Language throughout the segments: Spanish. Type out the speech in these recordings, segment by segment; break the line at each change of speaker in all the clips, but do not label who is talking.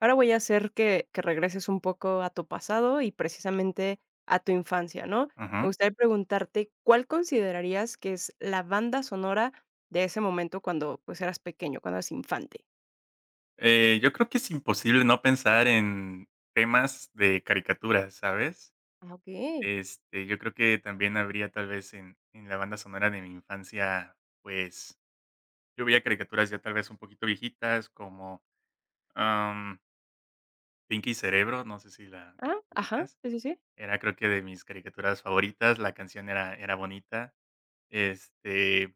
Ahora voy a hacer que regreses un poco a tu pasado y precisamente a tu infancia, ¿no? Me
Ujú.
gustaría preguntarte, ¿cuál considerarías que es la banda sonora de ese momento cuando, pues, eras pequeño, cuando eras infante?
Yo creo que es imposible no pensar en temas de caricaturas, ¿sabes?
Ah, okey.
Yo creo que también habría tal vez en la banda sonora de mi infancia, pues yo veía caricaturas ya tal vez un poquito viejitas como am, Pinky Cerebro, no sé si la
Ah, ajá,
ubicas.
sí, sí, sí,
Era creo que de mis caricaturas favoritas, la canción era bonita. Este,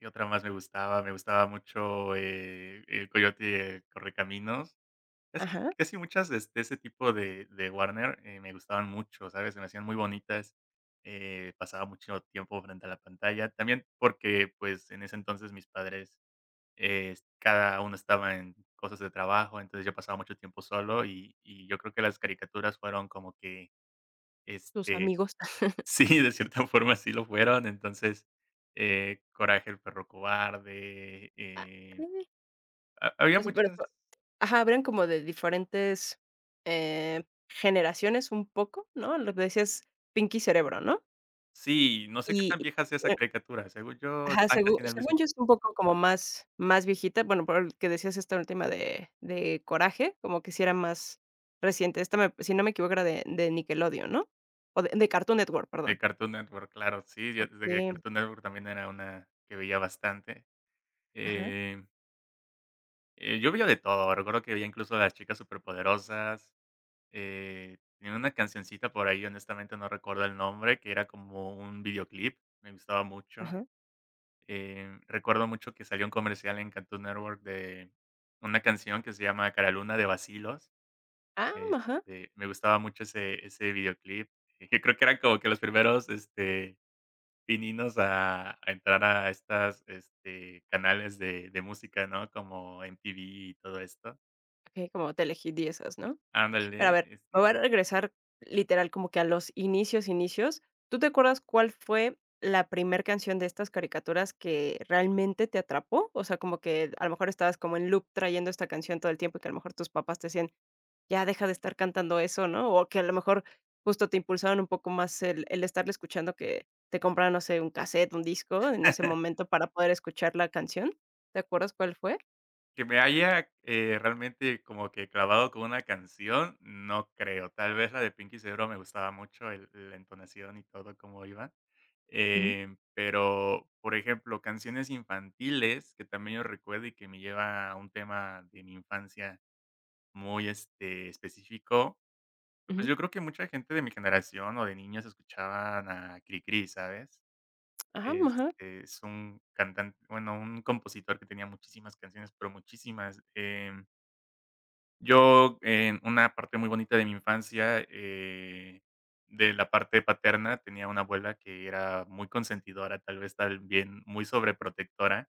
y otra más me gustaba mucho El Coyote y el Correcaminos. Casi
ajá,
casi muchas de ese tipo de Warner, me gustaban mucho, ¿sabes? Se me hacían muy bonitas, pasaba mucho tiempo frente a la pantalla. También porque, pues, en ese entonces mis padres, cada uno estaba en cosas de trabajo, entonces yo pasaba mucho tiempo solo y yo creo que las caricaturas fueron como que,
tus
este
amigos.
sí, de cierta forma sí lo fueron. Entonces, Coraje el perro cobarde,
Ah, okey.
ha había
O sea, pero fue
muchas.
ajá, habrían como de diferentes, eh, generaciones un poco, ¿no? Lo que decías Pinky Cerebro, ¿no?
Sí, no sé qué
Y
tan vieja sea esa caricatura, según yo
ajá,
están
segu
casi en el
según
mismo.
yo es un poco como más viejita, bueno, por el que decías esta última de Coraje, como que si era más reciente. Esta me si no me equivoco, era de Nickelodeon, ¿no? O de Cartoon Network, perdón.
De Cartoon Network, claro, sí, yo desde que
Okey.
Cartoon Network también era una que veía bastante.
Ajá,
Eh, yo veía de todo, recuerdo que veía incluso Las Chicas Superpoderosas, tenía una cancioncita por ahí, honestamente no recuerdo el nombre, que era como un videoclip, me gustaba mucho.
ajá.
Recuerdo mucho que salió un comercial en Cartoon Network de una canción que se llama Caraluna de Bacilos.
Ah, ajá.
Me gustaba mucho ese videoclip. Yo creo que eran como que los primeros, pininos a entrar a estas, canales de música, ¿no? Como MTV y todo esto.
Okey, como Telehit y esas, ¿no? Pero a
Ándale,
ver, me voy a regresar literal como que a los inicios, inicios. ¿Tú te acuerdas cuál fue la primer canción de estas caricaturas que realmente te atrapó? O sea, como que a lo mejor estabas como en loop trayendo esta canción todo el tiempo y que a lo mejor tus papás te decían, ya deja de estar cantando eso, ¿no? O que a lo mejor justo te impulsaron un poco más el estarle escuchando que te compraron, no sé, un cassette, un disco en ese momento para poder escuchar la canción. ¿Te acuerdas cuál fue?
Que me haya, realmente como que clavado con una canción, no creo. Tal vez la de Pinky Cerebro me gustaba mucho el la entonación y todo cómo iba,
Ujú,
pero, por ejemplo, canciones infantiles que también yo recuerdo y que me lleva a un tema de mi infancia muy, específico, pues,
ujú.
yo creo que mucha gente de mi generación o de niños escuchaban a Cricri, ¿sabes?
Ajá, ajá.
Es un cantante, bueno, un compositor que tenía muchísimas canciones, pero muchísimas. Yo, en una parte muy bonita de mi infancia, de la parte paterna, tenía una abuela que era muy consentidora, tal vez también muy sobreprotectora,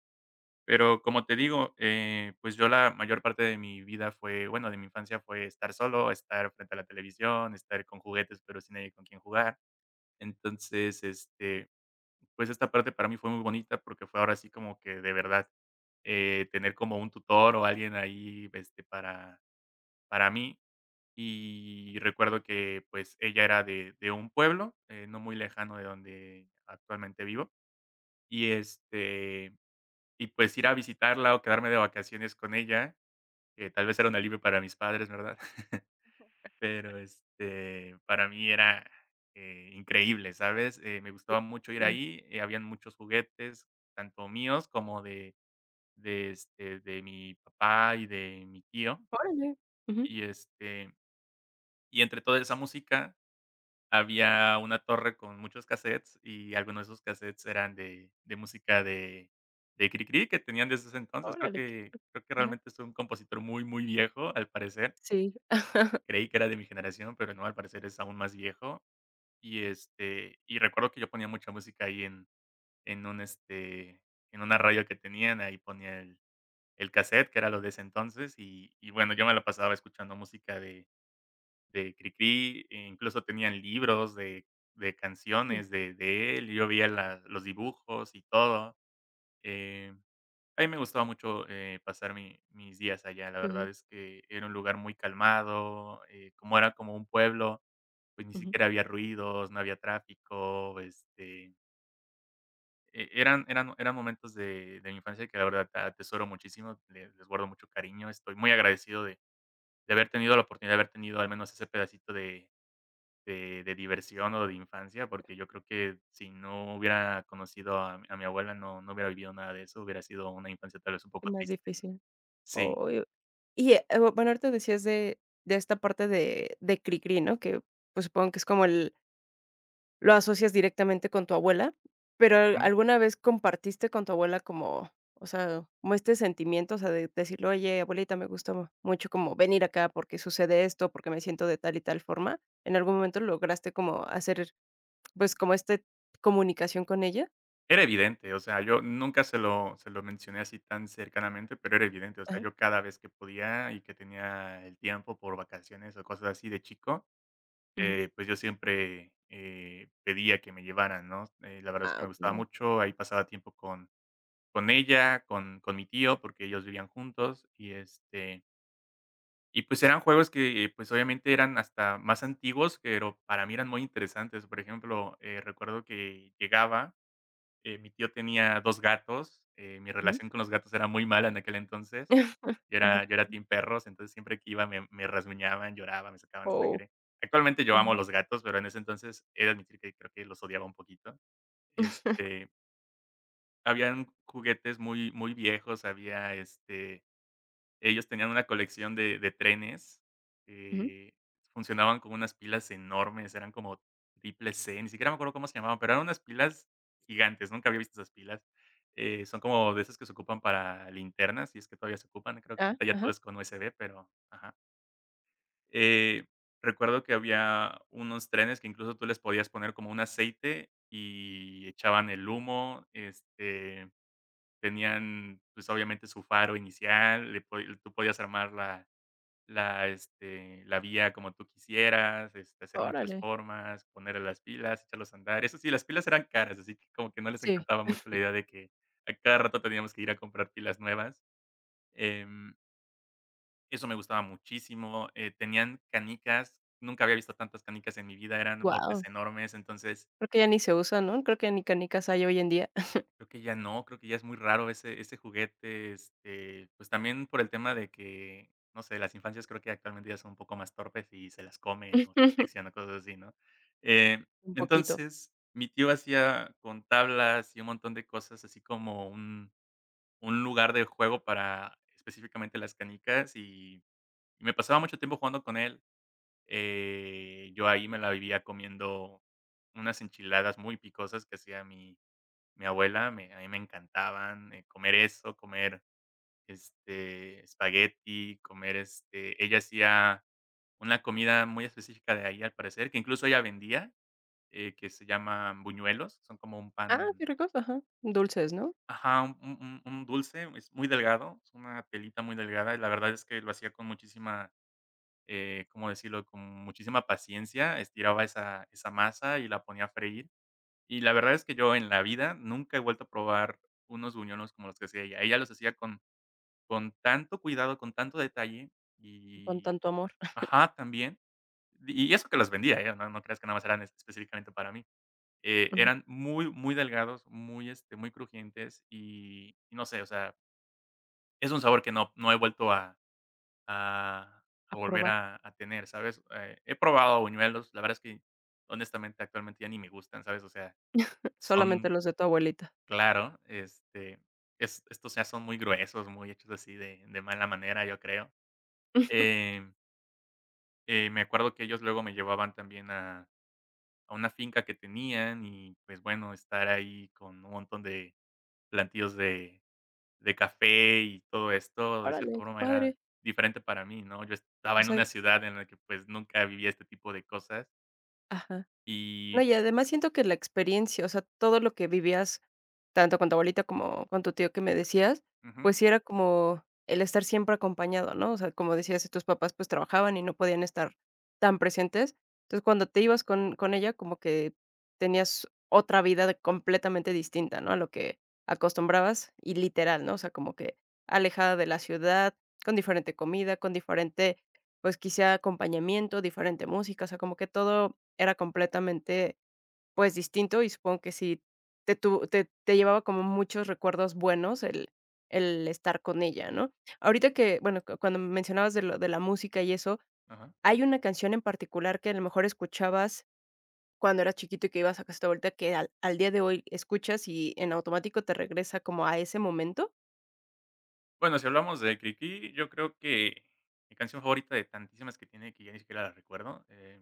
pero como te digo, pues yo la mayor parte de mi vida fue, bueno, de mi infancia fue estar solo, estar frente a la televisión, estar con juguetes, pero sin nadie con quien jugar. Entonces, pues esta parte para mí fue muy bonita porque fue ahora sí como que de verdad, tener como un tutor o alguien ahí, para mí. Y recuerdo que, pues, ella era de un pueblo, no muy lejano de donde actualmente vivo. Y, y pues ir a visitarla o quedarme de vacaciones con ella, que tal vez era un alivio para mis padres, ¿verdad? Pero, para mí era, increíble, ¿sabes? Me gustaba mucho ir
Mm.
ahí, habían muchos juguetes, tanto míos como de mi papá y de mi tío.
Órale. Ujú.
Y, y entre toda esa música había una torre con muchos cassettes y algunos de esos cassettes eran de música de Krikri que tenían desde ese entonces. Creo
Órale.
que creo que realmente es un compositor muy, muy viejo, al parecer.
Sí,
Creí que era de mi generación, pero no, al parecer es aún más viejo. Y, y recuerdo que yo ponía mucha música ahí en un, este, en una radio que tenían, ahí ponía el cassette, que era lo de ese entonces, y bueno, yo me lo pasaba escuchando música de Cricri, e incluso tenían libros de canciones de él, yo veía la los dibujos y todo. Eh, a mí me gustaba mucho, pasar mi mis días allá, la
ándale,
verdad es que era un lugar muy calmado, como era como un pueblo, pues, ni
ujú, ujú,
siquiera había ruidos, no había tráfico, este, e eran eran eran momentos de mi infancia que la verdad atesoro muchísimo, le les guardo mucho cariño, estoy muy agradecido de haber tenido la oportunidad de haber tenido al menos ese pedacito de diversión o de infancia, porque yo creo que si no hubiera conocido a mi abuela, no hubiera vivido nada de eso, hubiera sido una infancia tal vez un
es
poco
más
triste, ¿no?
difícil.
Sí,
Oy y, bueno, ahorita decías de esta parte de Cricri, ¿no? Que, pues, supongo que es como el lo asocias directamente con tu abuela, pero,
ujú.
¿alguna vez compartiste con tu abuela como, o sea, como este sentimiento, o sea, de decirle: "Oye, abuelita, me gusta mu mucho como venir acá porque sucede esto, porque me siento de tal y tal forma"? ¿En algún momento lograste como hacer, pues, como esta comunicación con ella?
Era evidente, o sea, yo nunca se lo mencioné así tan cercanamente, pero era evidente, o sea,
Ajá.
yo cada vez que podía y que tenía el tiempo por vacaciones o cosas así de chico,
Ujú.
pues yo siempre, pedía que me llevaran, ¿no? La verdad es
Ah,
que me gustaba
okey.
mucho, ahí pasaba tiempo con ella, con mi tío, porque ellos vivían juntos y, Y, pues, eran juegos que, pues, obviamente eran hasta más antiguos, pero para mí eran muy interesantes. Por ejemplo, recuerdo que llegaba, mi tío tenía 2 gatos, mi
Ujú.
relación con los gatos era muy mala en aquel entonces, yo era team perros, entonces siempre que iba me rasguñaban, lloraba, me sacaban
Oh,
sangre. Actualmente yo amo
ujú,
los gatos, pero en ese entonces he de admitir que creo que los odiaba un poquito. Este, Habían juguetes muy muy viejos, había, ellos tenían una colección de trenes,
ujú.
que funcionaban con unas pilas enormes, eran como triple C, ni siquiera me acuerdo cómo se llamaban, pero eran unas pilas gigantes, nunca había visto esas pilas. Son como de esas que se ocupan para linternas, y es que todavía se ocupan, creo que
Ah,
ahorita ya todo
ajá,
es con USB, pero ajá. Eh, Recuerdo que había unos trenes que incluso tú les podías poner como un aceite y echaban el humo, tenían, pues, obviamente su faro inicial, le po tú podías armar la vía como tú quisieras, hacer muchas
órale.
formas, ponerle las pilas, echarlos a andar. Eso sí, las pilas eran caras, así que como que no les
Sí.
encantaba mucho la idea de que a cada rato teníamos que ir a comprar pilas nuevas. Em, Eso me gustaba muchísimo. Tenían canicas, nunca había visto tantas canicas en mi vida, eran botes
Guau,
enormes, entonces.
creo que ya ni se usa, ¿no? Creo que ni canicas hay hoy en día.
Creo que ya no, creo que ya es muy raro ese juguete, pues, también por el tema de que, no sé, las infancias creo que actualmente ya son un poco más torpes y se las comen o se asfixian o cosas así, ¿no? Eh,
Un poquito.
entonces, mi tío hacía con tablas y un montón de cosas, así como un lugar de juego para específicamente las canicas, y me pasaba mucho tiempo jugando con él. Yo ahí me la vivía comiendo unas enchiladas muy picosas que hacía mi abuela, me a mí me encantaban, comer eso, comer, espagueti, comer, ella hacía una comida muy específica de ahí, al parecer, que incluso ella vendía, que se llaman buñuelos, son como un
Ah,
pan,
qué ricos, ajá.
es
Dulces, ¿no?
ajá, un dulce, es muy delgado, es una telita muy delgada, y la verdad es que lo hacía con muchísima, ¿cómo decirlo?, con muchísima paciencia, estiraba esa masa y la ponía a freír. Y la verdad es que yo en la vida nunca he vuelto a probar unos buñuelos como los que hacía ella. Ella los hacía con tanto cuidado, con tanto detalle
Con
y
tanto amor.
ajá, también. Y eso que los vendía, ¿eh? No creas que nada más eran específicamente para mí.
Ujú.
Eran muy, muy delgados, muy, muy crujientes y no sé, o sea, es un sabor que no he vuelto a a
A
a volver
probar.
a tener, ¿sabes? He probado buñuelos, la verdad es que honestamente actualmente ya ni me gustan, ¿sabes? O sea,
Solamente
son.
los de tu abuelita.
Claro, este, es estos ya son muy gruesos, muy hechos así de mala manera, yo creo. Em, Me acuerdo que ellos luego me llevaban también a una finca que tenían y, pues, bueno, estar ahí con un montón de plantíos de café y todo esto, de cierta
Órale, qué
forma era
padre.
diferente para mí, ¿no? Yo
O
estaba en
sea
una ciudad en la que, pues, nunca vivía este tipo de cosas
ajá.
y
No, y además siento que la experiencia, o sea, todo lo que vivías, tanto con tu abuelita como con tu tío que me decías,
ujú,
pues sí era como el estar siempre acompañado, ¿no? O sea, como decías, si tus papás pues trabajaban y no podían estar tan presentes. Entonces, cuando te ibas con ella, como que tenías otra completamente distinta, ¿no? A lo que acostumbrabas y literal, ¿no? O sea, como que alejada de la ciudad, con diferente comida, con diferente, pues quizá acompañamiento, diferente música, o sea, como que todo era completamente, pues, distinto, y supongo que sí te tu te te llevaba como muchos recuerdos buenos el estar con ella, ¿no? Ahorita que, bueno, cu cuando mencionabas de lo de la música y eso,
ajá.
¿hay una canción en particular que a lo mejor escuchabas cuando eras chiquito y que ibas a caseta vuelta que al día de hoy escuchas y en automático te regresa como a ese momento?
Bueno, si hablamos de Kiki, yo creo que mi canción favorita de tantísimas que tiene, que ya ni siquiera la recuerdo,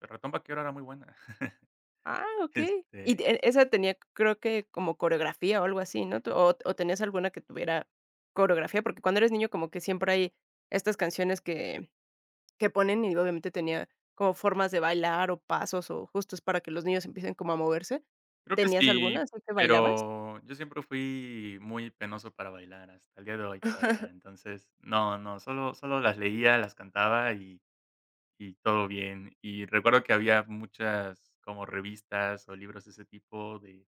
El Ratón Vaquero era muy buena.
Ah, okey. Y
Este,
te esa tenía, creo que como coreografía o algo así, ¿no? ¿Tú o tenías alguna que tuviera coreografía? Porque cuando eres niño como que siempre hay estas canciones que ponen y obviamente tenía como formas de bailar o pasos o justos para que los niños empiecen como a moverse.
Creo que
¿Tenías alguna
sí,
así que bailabas?
pero yo siempre fui muy penoso para bailar, hasta el día de hoy todavía. Entonces, no, no, solo las leía, las cantaba y todo bien. Y recuerdo que había muchas como revistas o libros de ese tipo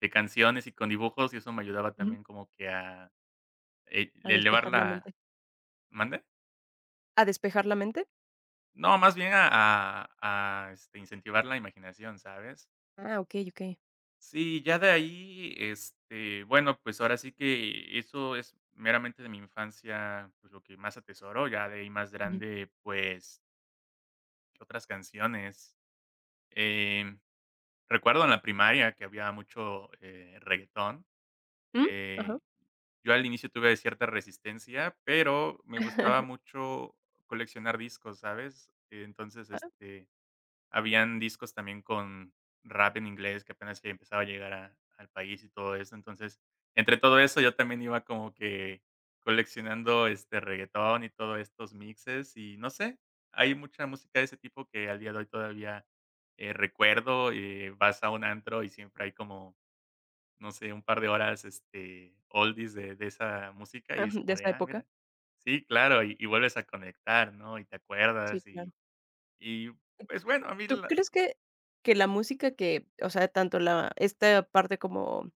de canciones y con dibujos, y eso me ayudaba
Ujú.
también como que a
A
elevar
despejar la mente.
la... ¿Mande?
¿A despejar la mente?
No, más bien a incentivar la imaginación, ¿sabes?
Ah, okey, okey.
Sí, ya de ahí, bueno, pues ahora sí que eso es meramente de mi infancia, pues lo que más atesoro, ya de ahí más
Ujú.
grande, pues, ¿otras canciones? Em, Recuerdo en la primaria que había mucho, reguetón,
¿Mm? Ajá.
eh, yo al inicio tuve cierta resistencia, pero me gustaba mucho coleccionar discos, ¿sabes? Entonces, Habían discos también con rap en inglés que apenas que empezaba a llegar a al país y todo eso. Entonces, entre todo eso, yo también iba como que coleccionando, reguetón y todos estos mixes y no sé, hay mucha música de ese tipo que al día de hoy todavía, recuerdo, vas a un antro y siempre hay como, no sé, un par de horas, oldies de esa música
Ah,
y es
ujú, de
como de:
esa
"Ah,
época.
mira". Sí, claro, y vuelves a conectar, ¿no? Y te
Sí,
acuerdas
claro.
y pues, bueno, a mí
¿Tú
la.
crees que la música que, o sea, tanto la esta parte como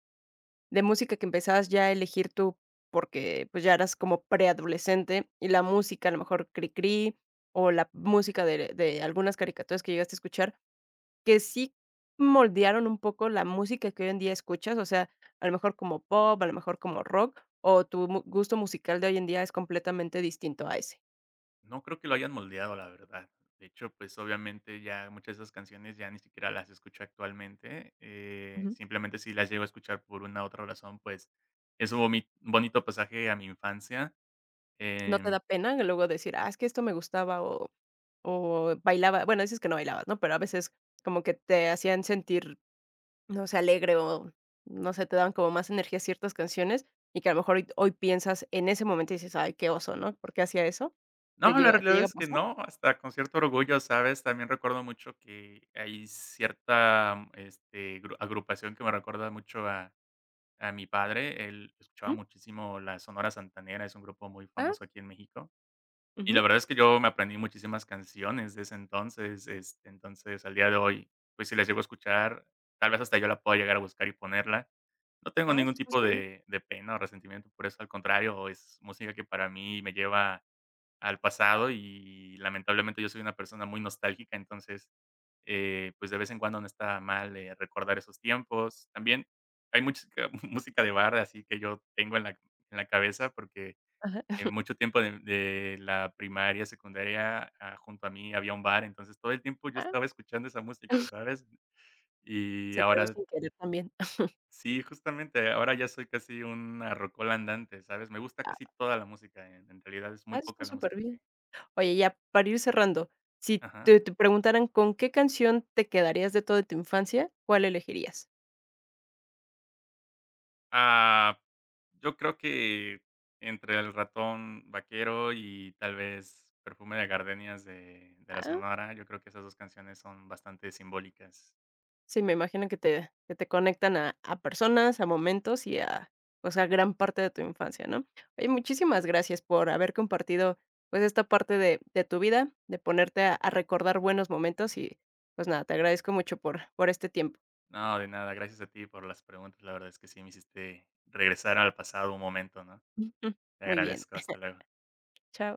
de música que empezabas ya a elegir tú porque, pues, ya eras como preadolescente y la música, a lo mejor cri cri, o la música de algunas caricaturas que llegaste a escuchar, que sí moldearon un poco la música que hoy en día escuchas? O sea, a lo mejor como pop, a lo mejor como rock, o tu mu gusto musical de hoy en día es completamente distinto a ese.
No creo que lo hayan moldeado, la verdad. De hecho, pues, obviamente, ya muchas de esas canciones ya ni siquiera las escucho actualmente,
Ujú.
simplemente, si las llego a escuchar por una u otra razón, pues, es un bomi un bonito pasaje a mi infancia,
¿No te
em,
da pena luego decir: "Ah, es que esto me gustaba", o bailaba bueno, dices que no bailabas, ¿no? Pero a veces como que te hacían sentir, no sé, alegre o, no sé, te daban como más energía ciertas canciones, y que a lo mejor hoy piensas en ese momento y dices: "Ay, qué oso, ¿no? ¿Por qué hacía eso?". ¿Te
no, la
llega
realidad
a
es que
pasar?
no, hasta con cierto orgullo, ¿sabes? También recuerdo mucho que hay cierta, este, gru agrupación que me recuerda mucho a mi padre, él escuchaba
¿Mm?
muchísimo la Sonora Santanera, es un grupo muy
Ah,
famoso aquí en México. Y la
ujú.
verdad es que yo me aprendí muchísimas canciones de ese entonces, entonces, al día de hoy, pues, si las llego a escuchar, tal vez hasta yo la pueda llegar a buscar y ponerla. No tengo
Ah, eso
ningún
está
tipo
superbién.
de pena o resentimiento por eso, al contrario, es música que para mí me lleva al pasado y lamentablemente yo soy una persona muy nostálgica, entonces, pues, de vez en cuando no está mal, recordar esos tiempos. También hay mucha música de bar, así que yo tengo en la cabeza porque
Ajá.
mucho tiempo de la primaria, secundaria, junto a mí había un bar, entonces todo el tiempo yo
Ah,
estaba escuchando esa música, ¿sabes? Y
se quedó
ahora
sin querer también.
sí, justamente, ahora ya soy casi una rocola andante, ¿sabes? Me gusta
Ah,
casi toda la música, en realidad es
ah,
muy
eso está
poca la
súper
música que
bien. Oye, ya para ir cerrando, si
ajá.
te preguntaran con qué canción te quedarías de toda tu infancia, ¿cuál elegirías?
Ah, yo creo que entre El Ratón Vaquero y tal vez Perfume de Gardenias de La
Ah.
Sonora, yo creo que esas 2 canciones son bastante simbólicas.
Sí, me imagino que te conectan a personas, a momentos y a, pues, a gran parte de tu infancia, ¿no? Oye, muchísimas gracias por haber compartido, pues, esta parte de tu vida, de ponerte a recordar buenos momentos y, pues, nada, te agradezco mucho por este tiempo.
No, de nada, gracias a ti por las preguntas. La verdad es que sí me hiciste regresar al pasado un momento, ¿no?
Ujú.
Te
Muy bien.
agradezco, hasta luego.
Chao.